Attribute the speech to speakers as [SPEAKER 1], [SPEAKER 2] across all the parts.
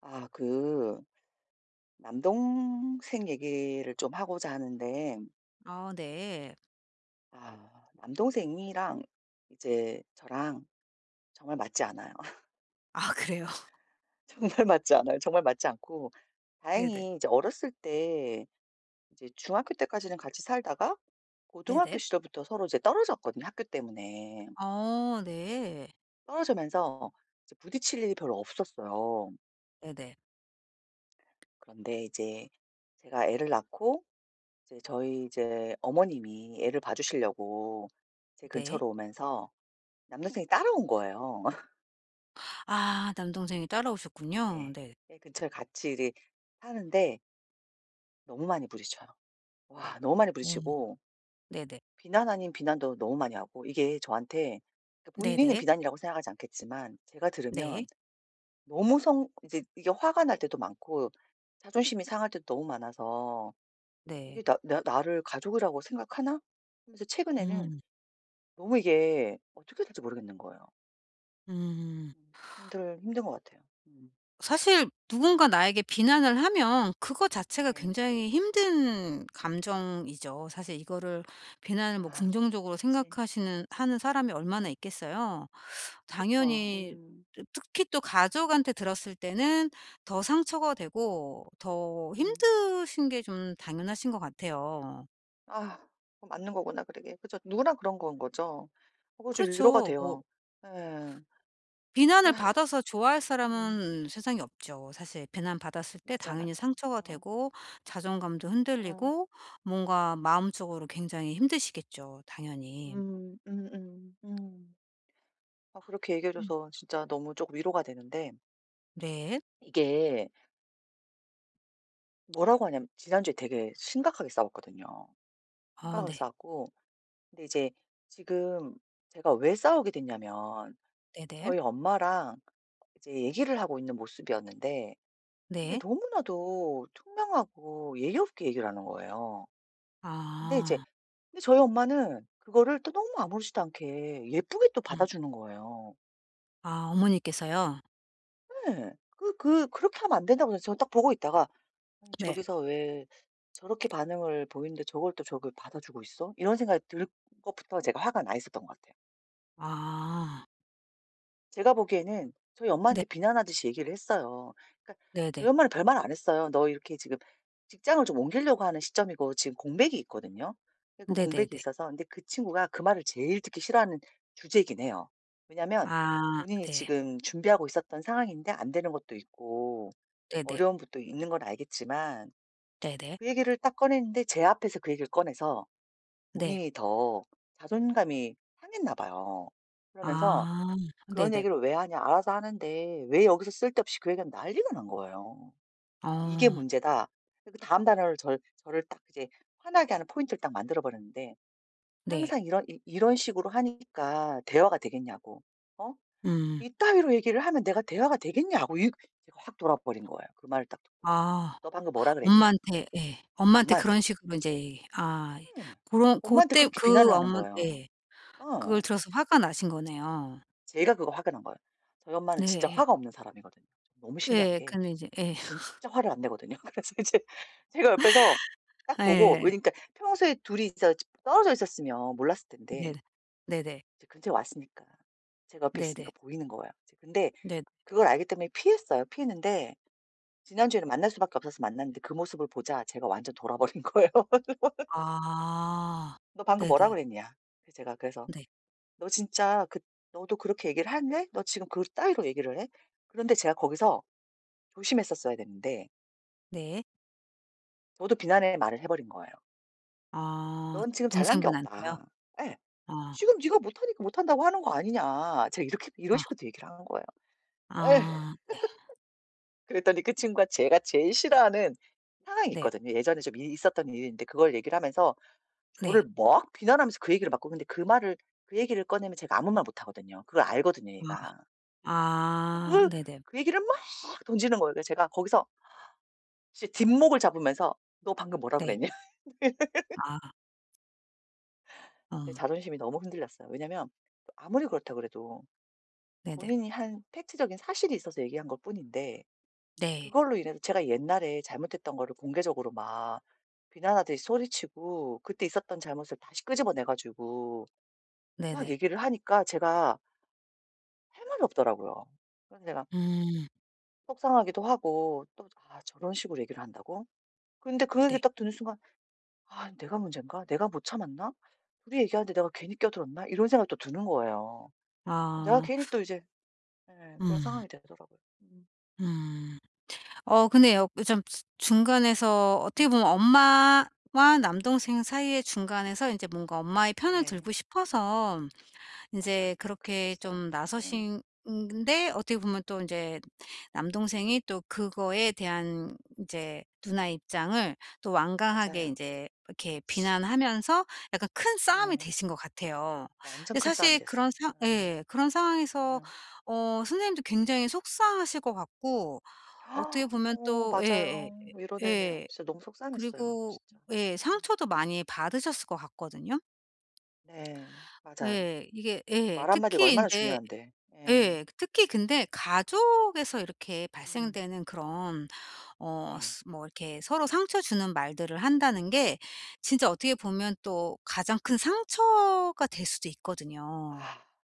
[SPEAKER 1] 아, 그, 남동생 얘기를 좀 하고자 하는데,
[SPEAKER 2] 아 네.
[SPEAKER 1] 아, 남동생이랑 이제 저랑 정말 맞지 않아요.
[SPEAKER 2] 아 그래요?
[SPEAKER 1] 정말 맞지 않아요. 정말 맞지 않고,
[SPEAKER 2] 네네.
[SPEAKER 1] 다행히 이제 어렸을 때, 이제 중학교 때까지는 같이 살다가, 고등학교
[SPEAKER 2] 네네.
[SPEAKER 1] 시절부터 서로 이제 떨어졌거든요. 학교 때문에.
[SPEAKER 2] 어 네.
[SPEAKER 1] 떨어지면서 이제 부딪힐 일이 별로 없었어요.
[SPEAKER 2] 네네.
[SPEAKER 1] 그런데 이제 제가 애를 낳고, 이제 저희 이제 어머님이 애를 봐주시려고 제
[SPEAKER 2] 네.
[SPEAKER 1] 근처로 오면서 남동생이 따라온 거예요.
[SPEAKER 2] 아 남동생이 따라오셨군요.
[SPEAKER 1] 네.
[SPEAKER 2] 네.
[SPEAKER 1] 애 근처에 같이 이리 사는데 너무 많이 부딪혀요. 와, 너무 많이
[SPEAKER 2] 어.
[SPEAKER 1] 부딪히고
[SPEAKER 2] 네네.
[SPEAKER 1] 비난 아닌 비난도 너무 많이 하고 이게 저한테, 그러니까 본인은
[SPEAKER 2] 네네.
[SPEAKER 1] 비난이라고 생각하지 않겠지만 제가
[SPEAKER 2] 네.
[SPEAKER 1] 들으면 너무 성 이제 이게 화가 날 때도 많고 자존심이 상할 때도 너무 많아서
[SPEAKER 2] 네.
[SPEAKER 1] '이게 나 나 나를 가족이라고 생각하나?' 하면서 최근에는
[SPEAKER 2] 음.
[SPEAKER 1] 너무 이게 어떻게 될지 모르겠는 거예요.
[SPEAKER 2] 음.
[SPEAKER 1] 음. 힘들 힘든 것 같아요. 음.
[SPEAKER 2] 사실 누군가 나에게 비난을 하면 그거 자체가
[SPEAKER 1] 네.
[SPEAKER 2] 굉장히 힘든 감정이죠. 사실 이거를 비난을 뭐
[SPEAKER 1] 아
[SPEAKER 2] 긍정적으로
[SPEAKER 1] 그치.
[SPEAKER 2] 생각하시는
[SPEAKER 1] 맞아.
[SPEAKER 2] 하는 사람이 얼마나
[SPEAKER 1] 음.
[SPEAKER 2] 있겠어요.
[SPEAKER 1] 그쵸.
[SPEAKER 2] 당연히
[SPEAKER 1] 음.
[SPEAKER 2] 또 특히 또 가족한테 들었을 때는 더 상처가 되고 더
[SPEAKER 1] 음.
[SPEAKER 2] 힘드신 게 좀 당연하신 것 같아요.
[SPEAKER 1] 아 그거 맞는 거구나. 그러게. 그죠. 누구나 그런 건 거죠. 그거 좀 위로가
[SPEAKER 2] 그렇죠. 뭐
[SPEAKER 1] 돼요. 예.
[SPEAKER 2] 비난을
[SPEAKER 1] 아
[SPEAKER 2] 받아서 좋아할
[SPEAKER 1] 음.
[SPEAKER 2] 사람은 세상에 없죠. 사실 비난받았을 때
[SPEAKER 1] 맞아,
[SPEAKER 2] 당연히
[SPEAKER 1] 맞아.
[SPEAKER 2] 상처가
[SPEAKER 1] 어.
[SPEAKER 2] 되고 자존감도
[SPEAKER 1] 어.
[SPEAKER 2] 흔들리고 뭔가 마음적으로 굉장히 힘드시겠죠, 당연히.
[SPEAKER 1] 음. 음음. 음. 음. 아, 그렇게 얘기해
[SPEAKER 2] 음.
[SPEAKER 1] 줘서 진짜 너무 조금 위로가 되는데
[SPEAKER 2] 네.
[SPEAKER 1] 이게 뭐라고 하냐면 지난주에 되게 심각하게 싸웠거든요.
[SPEAKER 2] 아
[SPEAKER 1] 심각하게
[SPEAKER 2] 네.
[SPEAKER 1] 싸웠고 근데 이제 지금 제가 왜 싸우게 됐냐면
[SPEAKER 2] 네네. 네.
[SPEAKER 1] 저희 엄마랑 이제 얘기를 하고 있는 모습이었는데 근데
[SPEAKER 2] 네.
[SPEAKER 1] 너무나도 퉁명하고 예의 없게 얘기를 하는 거예요. 근데 이제
[SPEAKER 2] 아.
[SPEAKER 1] 근데 저희 엄마는 그거를 또 너무 아무렇지도 않게 예쁘게 또
[SPEAKER 2] 음.
[SPEAKER 1] 받아주는 거예요.
[SPEAKER 2] 아 어머니께서요?
[SPEAKER 1] 예. 그렇게 하면 안 된다고 저는 딱 보고 있다가 아니,
[SPEAKER 2] 네.
[SPEAKER 1] 저기서 왜 저렇게 반응을 보이는데 저걸 받아주고 있어? 이런 생각이 들 것부터 제가 화가 나 있었던 것 같아요.
[SPEAKER 2] 아.
[SPEAKER 1] 제가 보기에는 저희
[SPEAKER 2] 네.
[SPEAKER 1] 엄마한테 비난하듯이 얘기를 했어요. 그러니까
[SPEAKER 2] 네네.
[SPEAKER 1] 저희 엄마는 별말 안 했어요. "너 이렇게 지금 직장을 좀 옮기려고 하는 시점이고 지금 공백이 있거든요." 근데 그 공백이
[SPEAKER 2] 네네네.
[SPEAKER 1] 있어서 근데 그 친구가 그 말을 제일 듣기 싫어하는 주제이긴 해요. 왜냐면
[SPEAKER 2] 아
[SPEAKER 1] 본인이
[SPEAKER 2] 네.
[SPEAKER 1] 지금 준비하고 있었던 상황인데 안 되는 것도 있고
[SPEAKER 2] 네네.
[SPEAKER 1] 어려운 것도 있는 건 알겠지만
[SPEAKER 2] 네네.
[SPEAKER 1] 그 얘기를 딱 꺼냈는데 제 앞에서 그 얘기를 꺼내서
[SPEAKER 2] 네.
[SPEAKER 1] 본인이 더 자존감이 상했나 봐요. 그러면서
[SPEAKER 2] 아
[SPEAKER 1] 그런
[SPEAKER 2] 네네.
[SPEAKER 1] 얘기를 왜 하냐, 알아서 하는데 왜 여기서 쓸데없이 그 얘기하면, 난리가 난 거예요. "이게
[SPEAKER 2] 어
[SPEAKER 1] 문제다." 그 다음 단어를 절 저를 딱 이제 화나게 하는 포인트를 딱 만들어 버렸는데,
[SPEAKER 2] 네.
[SPEAKER 1] 항상 이런 이 이런 식으로 하니까 대화가 되겠냐고. 어?
[SPEAKER 2] 음.
[SPEAKER 1] 이따위로 얘기를 하면 내가 대화가 되겠냐고. 이 제가 확 돌아버린 거예요. 그 말을 딱 듣고.
[SPEAKER 2] 아
[SPEAKER 1] "너 방금 뭐라 그랬냐?"
[SPEAKER 2] 엄마한테 예. 엄마한테
[SPEAKER 1] "엄마한테."
[SPEAKER 2] 그런 식으로 인제 아
[SPEAKER 1] 응.
[SPEAKER 2] 고런
[SPEAKER 1] 엄마한테
[SPEAKER 2] 고때
[SPEAKER 1] 그렇게
[SPEAKER 2] 그
[SPEAKER 1] 비난을 하는
[SPEAKER 2] 엄마
[SPEAKER 1] 거예요.
[SPEAKER 2] 예. 그걸
[SPEAKER 1] 어.
[SPEAKER 2] 들어서 화가 나신 거네요.
[SPEAKER 1] 제가 그거 화가 난 거예요. 저희 엄마는
[SPEAKER 2] 네
[SPEAKER 1] 진짜
[SPEAKER 2] 예.
[SPEAKER 1] 화가 없는 사람이거든요. 너무 신기한
[SPEAKER 2] 예.
[SPEAKER 1] 게
[SPEAKER 2] 근데 이제 예.
[SPEAKER 1] 진짜 화를 안 내거든요. 그래서 이제 제가 옆에서 딱 보고,
[SPEAKER 2] 예.
[SPEAKER 1] 그러니까 평소에 둘이 있어 떨어져 있었으면 몰랐을
[SPEAKER 2] 네.
[SPEAKER 1] 텐데
[SPEAKER 2] 네네.
[SPEAKER 1] 이제 근처에 왔으니까 제가 옆에 있으니까
[SPEAKER 2] 네네.
[SPEAKER 1] 보이는 거예요. 이제 근데
[SPEAKER 2] 네.
[SPEAKER 1] 그걸 알기 때문에 피했어요. 피했는데 지난주에는 만날 수밖에 없어서 만났는데 그 모습을 보자 제가 완전 돌아버린 거예요.
[SPEAKER 2] 아.
[SPEAKER 1] "너 방금 뭐라
[SPEAKER 2] 네네.
[SPEAKER 1] 그랬냐?" 그래서 제가, 그래서
[SPEAKER 2] 네.
[SPEAKER 1] "너 진짜 그 너도 그렇게 얘기를 할래? 너 지금 그 따위로 얘기를 해?" 그런데 제가 거기서 조심했었어야 됐는데
[SPEAKER 2] 네.
[SPEAKER 1] 저도 비난의 말을 해 버린 거예요.
[SPEAKER 2] 아
[SPEAKER 1] "넌 지금 잘난 게
[SPEAKER 2] 동생분한테요?
[SPEAKER 1] 없다." 예.
[SPEAKER 2] 어.
[SPEAKER 1] "지금 네가 못하니까 못한다고 하는 거 아니냐." 제가 이렇게 이런
[SPEAKER 2] 어.
[SPEAKER 1] 식으로 또 얘기를 한 거예요. 예.
[SPEAKER 2] 아 네.
[SPEAKER 1] 그랬더니 그 친구가 제가 제일 싫어하는 상황이
[SPEAKER 2] 네.
[SPEAKER 1] 있거든요. 예전에 좀 이 있었던 일인데 그걸 얘기를 하면서
[SPEAKER 2] 네.
[SPEAKER 1] 저를 막 비난하면서 그 얘기를 막 꺼 근데 그 말을, 그 얘기를 꺼내면 제가 아무 말 못 하거든요. 그걸 알거든요
[SPEAKER 2] 아.
[SPEAKER 1] 얘가. 그
[SPEAKER 2] 아
[SPEAKER 1] 그걸
[SPEAKER 2] 네네.
[SPEAKER 1] 그 얘기를 막 던지는 거예요. 그래서 제가 거기서 진짜 뒷목을 잡으면서 "너 방금 뭐라
[SPEAKER 2] 네.
[SPEAKER 1] 그랬냐?"
[SPEAKER 2] 아 어
[SPEAKER 1] 제 자존심이 너무 흔들렸어요. 왜냐면 아무리 그렇다 그래도
[SPEAKER 2] 네네.
[SPEAKER 1] 본인이 한 팩트적인 사실이 있어서 얘기한 것 뿐인데
[SPEAKER 2] 네.
[SPEAKER 1] 그걸로 인해서 제가 옛날에 잘못했던 거를 공개적으로 막 비난하듯이 소리치고 그때 있었던 잘못을 다시 끄집어내 가지고 막
[SPEAKER 2] 네네.
[SPEAKER 1] 얘기를 하니까 제가 할 말이 없더라고요. 그래서 내가
[SPEAKER 2] 음
[SPEAKER 1] 속상하기도 하고 또 '아 저런 식으로 얘기를 한다고?' 근데 그 얘기
[SPEAKER 2] 네.
[SPEAKER 1] 딱 듣는 순간 '아 내가 문젠가? 내가 못 참았나? 둘이 얘기하는데 내가 괜히 껴들었나?' 이런 생각이 또 드는 거예요. 내가
[SPEAKER 2] 아
[SPEAKER 1] 괜히 또 이제 예 그런
[SPEAKER 2] 음.
[SPEAKER 1] 상황이 되더라고요. 음.
[SPEAKER 2] 음. 어 근데 여 좀 중간에서 어떻게 보면 엄마와 남동생 사이의 중간에서 인제 뭔가 엄마의 편을
[SPEAKER 1] 네.
[SPEAKER 2] 들고 싶어서 이
[SPEAKER 1] 맞아.
[SPEAKER 2] 제 그렇게
[SPEAKER 1] 그랬었어요.
[SPEAKER 2] 좀
[SPEAKER 1] 음
[SPEAKER 2] 나서신 데 어떻게 보면 또 이제 남동생이 또 그거에 대한 이제 누나의 입장을 또 완강하게
[SPEAKER 1] 맞아요.
[SPEAKER 2] 인제 이렇게
[SPEAKER 1] 그치.
[SPEAKER 2] 비난하면서 약간 큰 싸움이
[SPEAKER 1] 예.
[SPEAKER 2] 되신 것 같아요.
[SPEAKER 1] 완전
[SPEAKER 2] 근데
[SPEAKER 1] 큰 싸움이
[SPEAKER 2] 사실
[SPEAKER 1] 됐어요.
[SPEAKER 2] 그런 상
[SPEAKER 1] 음.
[SPEAKER 2] 예. 그런 상황에서
[SPEAKER 1] 음.
[SPEAKER 2] 어 선생님도 굉장히 속상하실 것 같고 어떻게 보면
[SPEAKER 1] 어
[SPEAKER 2] 또 예예.
[SPEAKER 1] 맞아요.
[SPEAKER 2] 예.
[SPEAKER 1] 위로되네요.
[SPEAKER 2] 예,
[SPEAKER 1] 진짜 너무 속상했어요
[SPEAKER 2] 그리고
[SPEAKER 1] 진짜.
[SPEAKER 2] 예
[SPEAKER 1] 음.
[SPEAKER 2] 상처도 많이 받으셨을 것 같거든요.
[SPEAKER 1] 네. 맞아요.
[SPEAKER 2] 예. 이게 예.
[SPEAKER 1] 말 한마디가
[SPEAKER 2] 특히
[SPEAKER 1] 얼마나
[SPEAKER 2] 인제
[SPEAKER 1] 중요한데. 예.
[SPEAKER 2] 예. 그 특히 근데 가족에서 이렇게
[SPEAKER 1] 음.
[SPEAKER 2] 발생되는 그런 어
[SPEAKER 1] 네.
[SPEAKER 2] 스 뭐 이렇게 서로 상처 주는 말들을 한다는 게 진짜 어떻게 보면 또 가장 큰 상처가 될 수도
[SPEAKER 1] 아
[SPEAKER 2] 있거든요.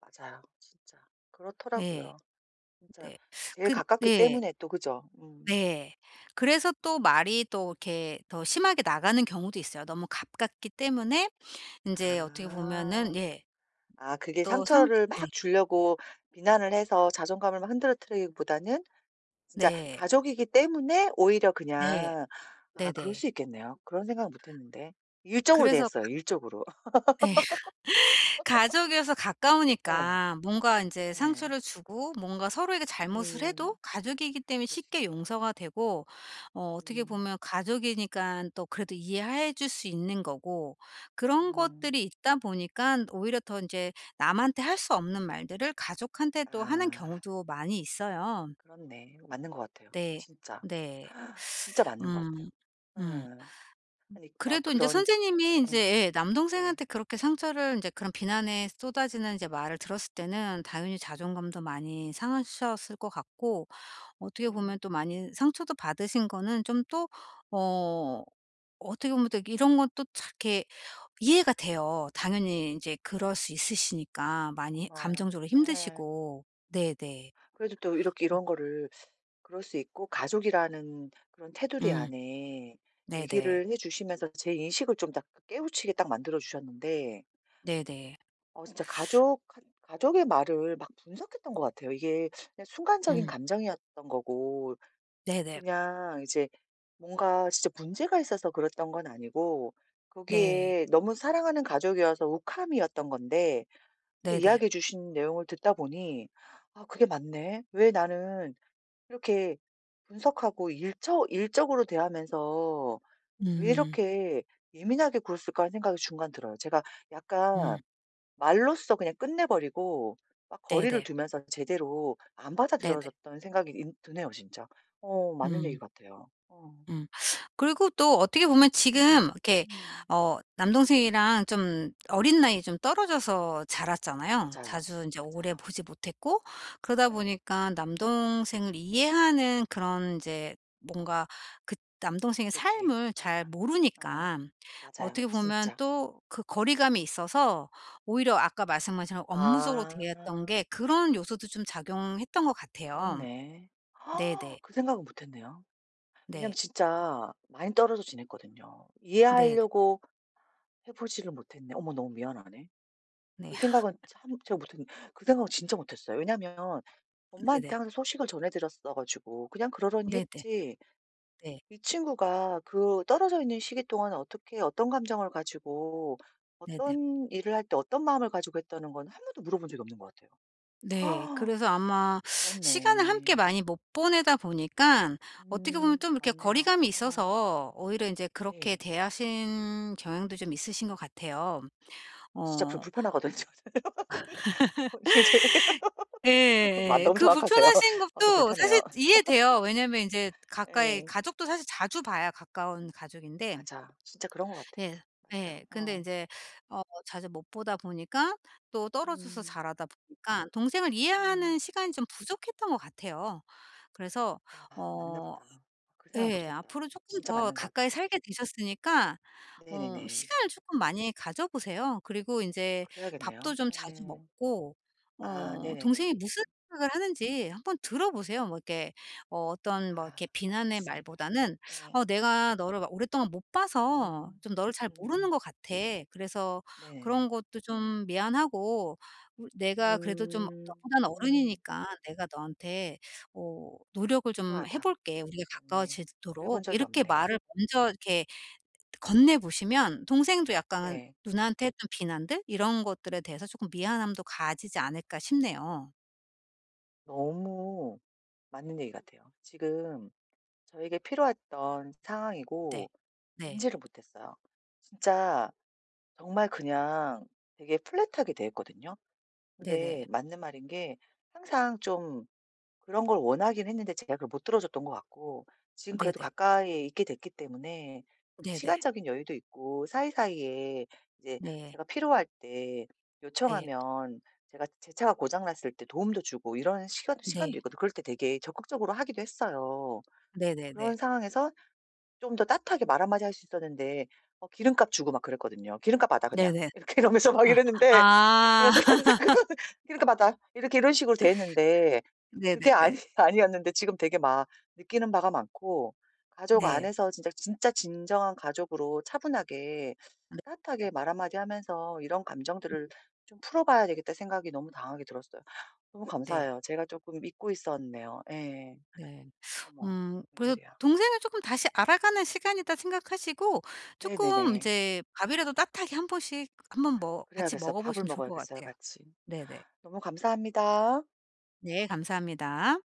[SPEAKER 1] 맞아요. 진짜
[SPEAKER 2] 네.
[SPEAKER 1] 그렇더라고요. 진짜
[SPEAKER 2] 네.
[SPEAKER 1] 제일
[SPEAKER 2] 근
[SPEAKER 1] 가깝기
[SPEAKER 2] 네.
[SPEAKER 1] 때문에 또, 그죠? 음.
[SPEAKER 2] 네. 그래서 또 말이 또 이렇게 더 심하게 나가는 경우도 있어요. 너무 가깝기 때문에 인제 어떻게 보면은
[SPEAKER 1] 아.
[SPEAKER 2] 예.
[SPEAKER 1] 아 그게
[SPEAKER 2] 또 상대
[SPEAKER 1] 상처를
[SPEAKER 2] 예.
[SPEAKER 1] 막 주려고 비난을 해서 자존감을 막 흔들어뜨리기보다는 진짜
[SPEAKER 2] 네.
[SPEAKER 1] 가족이기 때문에 오히려
[SPEAKER 2] 네.
[SPEAKER 1] 그냥. 아 그럴
[SPEAKER 2] 네네.
[SPEAKER 1] 수 있겠네요. 그런 생각은 못 했는데. 일적으로
[SPEAKER 2] 그래서 가
[SPEAKER 1] 됐어요, 일적으로.
[SPEAKER 2] 예. 가족이어서
[SPEAKER 1] 예.
[SPEAKER 2] 가까우니까 뭔가 인제
[SPEAKER 1] 예.
[SPEAKER 2] 상처를 주고 뭔가 서로에게 잘못을
[SPEAKER 1] 음.
[SPEAKER 2] 해도 가족이기 때문에
[SPEAKER 1] 그럴 수
[SPEAKER 2] 쉽게
[SPEAKER 1] 있겠다.
[SPEAKER 2] 용서가 되고 어 어떻게
[SPEAKER 1] 음.
[SPEAKER 2] 보면 가족이니깐 또 그래도 이해해 줄 수 있는 거고 그런
[SPEAKER 1] 음.
[SPEAKER 2] 것들이 있다 보니깐 오히려 더 인제 남한테 할 수 없는 말들을 가족한테 또 하는
[SPEAKER 1] 아
[SPEAKER 2] 경우도 많이 있어요.
[SPEAKER 1] 그렇네. 맞는 것 같아요.
[SPEAKER 2] 네.
[SPEAKER 1] 진짜.
[SPEAKER 2] 네.
[SPEAKER 1] 진짜 맞는 것 같아요.
[SPEAKER 2] 음. 음.
[SPEAKER 1] 예. 아니 막
[SPEAKER 2] 그래도 인제
[SPEAKER 1] 그런.
[SPEAKER 2] 선생님이 인제
[SPEAKER 1] 예예.
[SPEAKER 2] 예
[SPEAKER 1] 네.
[SPEAKER 2] 남동생한테 그렇게 상처를 인제 그런 비난에 쏟아지는 이제 말을 들었을 때는 당연히 자존감도 많이 상하셨을 것 같고 어떻게 보면
[SPEAKER 1] 음.
[SPEAKER 2] 또 많이 상처도 받으신 거는 좀 또 어 어떻게 보면 또 이런 것도 참 이렇게 이해가 돼요. 당연히 인제 그럴 수 있으시니까 많이
[SPEAKER 1] 고마워요.
[SPEAKER 2] 감정적으로
[SPEAKER 1] 예예.
[SPEAKER 2] 힘드시고. 네네.
[SPEAKER 1] 그래도 또 이렇게 이런 거를 그럴 수 있고 가족이라는 그런 테두리
[SPEAKER 2] 음.
[SPEAKER 1] 안에
[SPEAKER 2] 네네.
[SPEAKER 1] 얘기를 해 주시면서 제 인식을 좀 딱 깨우치게 딱 만들어 주셨는데
[SPEAKER 2] 네네.
[SPEAKER 1] 어 진짜 가족의 말을 막 분석했던 것 같아요. 이게 그냥 순간적인
[SPEAKER 2] 음.
[SPEAKER 1] 감정이었던 거고
[SPEAKER 2] 네네.
[SPEAKER 1] 그냥 이제 뭔가 진짜 문제가 있어서 그랬던 건 아니고
[SPEAKER 2] 네.
[SPEAKER 1] 거기에 너무 사랑하는 가족이어서 욱함이었던 건데 근데
[SPEAKER 2] 네네.
[SPEAKER 1] 이야기해 주신 내용을 듣다 보니 '아 그게 맞네. 왜 나는 이렇게 분석하고 일처 일적으로 대하면서 왜
[SPEAKER 2] 음.
[SPEAKER 1] 이렇게 예민하게 굴었을까.' 하는 생각이 중간 들어요. 제가
[SPEAKER 2] 음.
[SPEAKER 1] 약간 말로써 그냥 끝내버리고 막 거리를
[SPEAKER 2] 네네.
[SPEAKER 1] 두면서 제대로 안
[SPEAKER 2] 네네.
[SPEAKER 1] 받아들여졌던 생각이 인 드네요 진짜. 어 맞는 얘기
[SPEAKER 2] 음.
[SPEAKER 1] 같아요. 어.
[SPEAKER 2] 음. 그리고 또 어떻게 보면
[SPEAKER 1] 음음.
[SPEAKER 2] 지금
[SPEAKER 1] 음.
[SPEAKER 2] 이렇게
[SPEAKER 1] 음.
[SPEAKER 2] 어 남동생이랑 좀 어린 나이에 좀 떨어져서 자랐잖아요.
[SPEAKER 1] 맞아요.
[SPEAKER 2] 자주 이제 오래
[SPEAKER 1] 맞아요.
[SPEAKER 2] 보지 못했고 그러다
[SPEAKER 1] 예.
[SPEAKER 2] 보니까 남동생을 이해하는 그런 이제 뭔가 그 남동생의
[SPEAKER 1] 부족해.
[SPEAKER 2] 삶을 잘
[SPEAKER 1] 맞아. 아.
[SPEAKER 2] 모르니까
[SPEAKER 1] 맞아요.
[SPEAKER 2] 어떻게 보면
[SPEAKER 1] 진짜.
[SPEAKER 2] 또 그 거리감이 있어서 오히려 아까 말씀하신 업무적으로
[SPEAKER 1] 아.
[SPEAKER 2] 대했던 게 그런 요소도 좀 작용했던 것 같아요.
[SPEAKER 1] 그렇네. 아,
[SPEAKER 2] 네네.
[SPEAKER 1] 그 생각은 못 했네요. 왜냐면
[SPEAKER 2] 네.
[SPEAKER 1] 진짜 많이 떨어져 지냈거든요.
[SPEAKER 2] 네네.
[SPEAKER 1] 이해하려고 해 보지를 못했네. 어머 너무 미안하네.
[SPEAKER 2] 네.
[SPEAKER 1] 그 생각은 참 제가 못했 그 생각은 진짜 못했어요. 왜냐면 엄마한테
[SPEAKER 2] 네네.
[SPEAKER 1] 항상 소식을 전해 드렸어 가지고 그냥 그러려니
[SPEAKER 2] 네네.
[SPEAKER 1] 했지
[SPEAKER 2] 네.
[SPEAKER 1] 이 친구가 그 떨어져 있는 시기 동안 어떻게 어떤 감정을 가지고
[SPEAKER 2] 네네.
[SPEAKER 1] 어떤 일을 할 때 어떤 마음을 가지고 했다는 건 한 번도 물어본 적이 없는 것 같아요.
[SPEAKER 2] 네.
[SPEAKER 1] 아,
[SPEAKER 2] 그래서 아마 시간을 함께
[SPEAKER 1] 그렇네.
[SPEAKER 2] 많이 못 보내다 보니까 어떻게 보면 좀 이렇게
[SPEAKER 1] 맞네요.
[SPEAKER 2] 거리감이
[SPEAKER 1] 어
[SPEAKER 2] 있어서 오히려 인제 그렇게
[SPEAKER 1] 예.
[SPEAKER 2] 대하신 경향도 좀 있으신 것 같아요.
[SPEAKER 1] 아 진짜 불
[SPEAKER 2] 어.
[SPEAKER 1] 불편하거든요. 저는.
[SPEAKER 2] 예
[SPEAKER 1] 아
[SPEAKER 2] 예 예.
[SPEAKER 1] 너무
[SPEAKER 2] 그
[SPEAKER 1] 정확하세요.
[SPEAKER 2] 불편하신
[SPEAKER 1] 아 좀
[SPEAKER 2] 것도 사실
[SPEAKER 1] 불편해요.
[SPEAKER 2] 이해돼요. 왜냐면 인제 가까이
[SPEAKER 1] 예.
[SPEAKER 2] 가족도 사실 자주 봐야 가까운 가족인데
[SPEAKER 1] 맞아. 진짜 그런 것 같아.
[SPEAKER 2] 예. 예.
[SPEAKER 1] 맞아요.
[SPEAKER 2] 근데
[SPEAKER 1] 어.
[SPEAKER 2] 인제 어 자주 못 보다 보니까 또 떨어져서
[SPEAKER 1] 음.
[SPEAKER 2] 자라다 보니까 동생을
[SPEAKER 1] 음.
[SPEAKER 2] 이해하는 시간이 좀 부족했던 것 같아요. 그래서
[SPEAKER 1] 아 맞나
[SPEAKER 2] 어
[SPEAKER 1] 보다. 아, 그 생각 못
[SPEAKER 2] 예.
[SPEAKER 1] 했다.
[SPEAKER 2] 앞으로 쪼끔
[SPEAKER 1] 진짜
[SPEAKER 2] 더
[SPEAKER 1] 맞는 것 같아.
[SPEAKER 2] 가까이 살게 되셨으니까 어
[SPEAKER 1] 네네네.
[SPEAKER 2] 시간을 쪼끔 많이 가져 보세요. 그리고 인제 밥도
[SPEAKER 1] 그래야겠네요.
[SPEAKER 2] 좀 자주
[SPEAKER 1] 예.
[SPEAKER 2] 먹고
[SPEAKER 1] 아
[SPEAKER 2] 어
[SPEAKER 1] 네네네.
[SPEAKER 2] 동생이 무슨 생각을 하는지 한번 들어 보세요. 뭐 이렇게 어 어떤 뭐
[SPEAKER 1] 아
[SPEAKER 2] 이렇게 비난의
[SPEAKER 1] 알겠습니다.
[SPEAKER 2] 말보다는
[SPEAKER 1] 예.
[SPEAKER 2] "어 내가 너를 막 오랫동안 못 봐서
[SPEAKER 1] 음.
[SPEAKER 2] 좀 너를 잘 모르는
[SPEAKER 1] 음음.
[SPEAKER 2] 것 같아. 그래서 그런
[SPEAKER 1] 네네네.
[SPEAKER 2] 것도 좀 미안하고 우 내가 그래도 좀
[SPEAKER 1] 음.
[SPEAKER 2] 너보다는
[SPEAKER 1] 음.
[SPEAKER 2] 어른이니까 내가 너한테 뭐 노력을 좀 해
[SPEAKER 1] 필요하다.
[SPEAKER 2] 볼게, 우리가
[SPEAKER 1] 맞네. 그래 본
[SPEAKER 2] 가까워지도록."
[SPEAKER 1] 적이
[SPEAKER 2] 이렇게
[SPEAKER 1] 없네.
[SPEAKER 2] 말을 먼저 이렇게 건네 보시면 동생도 약간
[SPEAKER 1] 네.
[SPEAKER 2] 누나한테 했던 비난들 이런 것들에 대해서 조금 미안함도 가지지 않을까 싶네요.
[SPEAKER 1] 너무 맞는 얘기 같아요. 지금 저에게 필요했던
[SPEAKER 2] 네.
[SPEAKER 1] 상황이고
[SPEAKER 2] 네.
[SPEAKER 1] 인지를 못했어요. 진짜 정말 그냥 되게 플랫하게 대했거든요. 근데
[SPEAKER 2] 네네.
[SPEAKER 1] 맞는 말인 게 항상 좀 그런 걸 원하긴 했는데 제가 그걸 못 들어줬던 것 같고 지금 그래도
[SPEAKER 2] 네네.
[SPEAKER 1] 가까이 있게 됐기 때문에 그
[SPEAKER 2] 네네.
[SPEAKER 1] 시간적인 여유도 있고 사이사이에 이제
[SPEAKER 2] 네.
[SPEAKER 1] 제가 필요할 때
[SPEAKER 2] 네.
[SPEAKER 1] 요청하면 제가 제 차가 고장 났을 때 도움도 주고 이런 시간,
[SPEAKER 2] 네.
[SPEAKER 1] 시간도 있거든요. 그럴 때 되게 적극적으로 하기도 했어요.
[SPEAKER 2] 네네네.
[SPEAKER 1] 그런 상황에서 좀 더 따뜻하게 말 한마디 할 수 있었는데 어 기름값 주고 막 그랬거든요. "기름값 받아 그냥."
[SPEAKER 2] 네네.
[SPEAKER 1] 이렇게 이러면서 막
[SPEAKER 2] 아.
[SPEAKER 1] 이랬는데
[SPEAKER 2] 아.
[SPEAKER 1] 제가 그런 사 그런 "기름값 받아." 이렇게 이런 식으로 대했는데 그게
[SPEAKER 2] 네네네.
[SPEAKER 1] 아니 아니었는데 지금 되게 막 느끼는 바가 많고 가족
[SPEAKER 2] 네.
[SPEAKER 1] 안에서 진짜 진짜 진정한 가족으로 차분하게
[SPEAKER 2] 네. 네.
[SPEAKER 1] 따뜻하게 말 한마디 하면서 '이런 감정들을
[SPEAKER 2] 음
[SPEAKER 1] 좀 풀어 봐야 되겠다.' 생각이 너무 강하게 들었어요. 너무
[SPEAKER 2] 네.
[SPEAKER 1] 감사해요. 제가 쪼끔 잊고 있었네요. 예.
[SPEAKER 2] 네.
[SPEAKER 1] 어머
[SPEAKER 2] 그래서
[SPEAKER 1] 웬일이야.
[SPEAKER 2] '동생을 쪼끔 다시 알아가는 시간이다.' 생각하시고 쪼끔
[SPEAKER 1] 네네네.
[SPEAKER 2] 인제 밥이라도 따뜻하게 한 번씩 한번 뭐 같이
[SPEAKER 1] 그래야겠어요.
[SPEAKER 2] 먹어
[SPEAKER 1] 밥을
[SPEAKER 2] 보시면 좋을 것
[SPEAKER 1] 먹어야겠어요
[SPEAKER 2] 같아요.
[SPEAKER 1] 같이.
[SPEAKER 2] 네네.
[SPEAKER 1] 너무 감사합니다.
[SPEAKER 2] 네 감사합니다.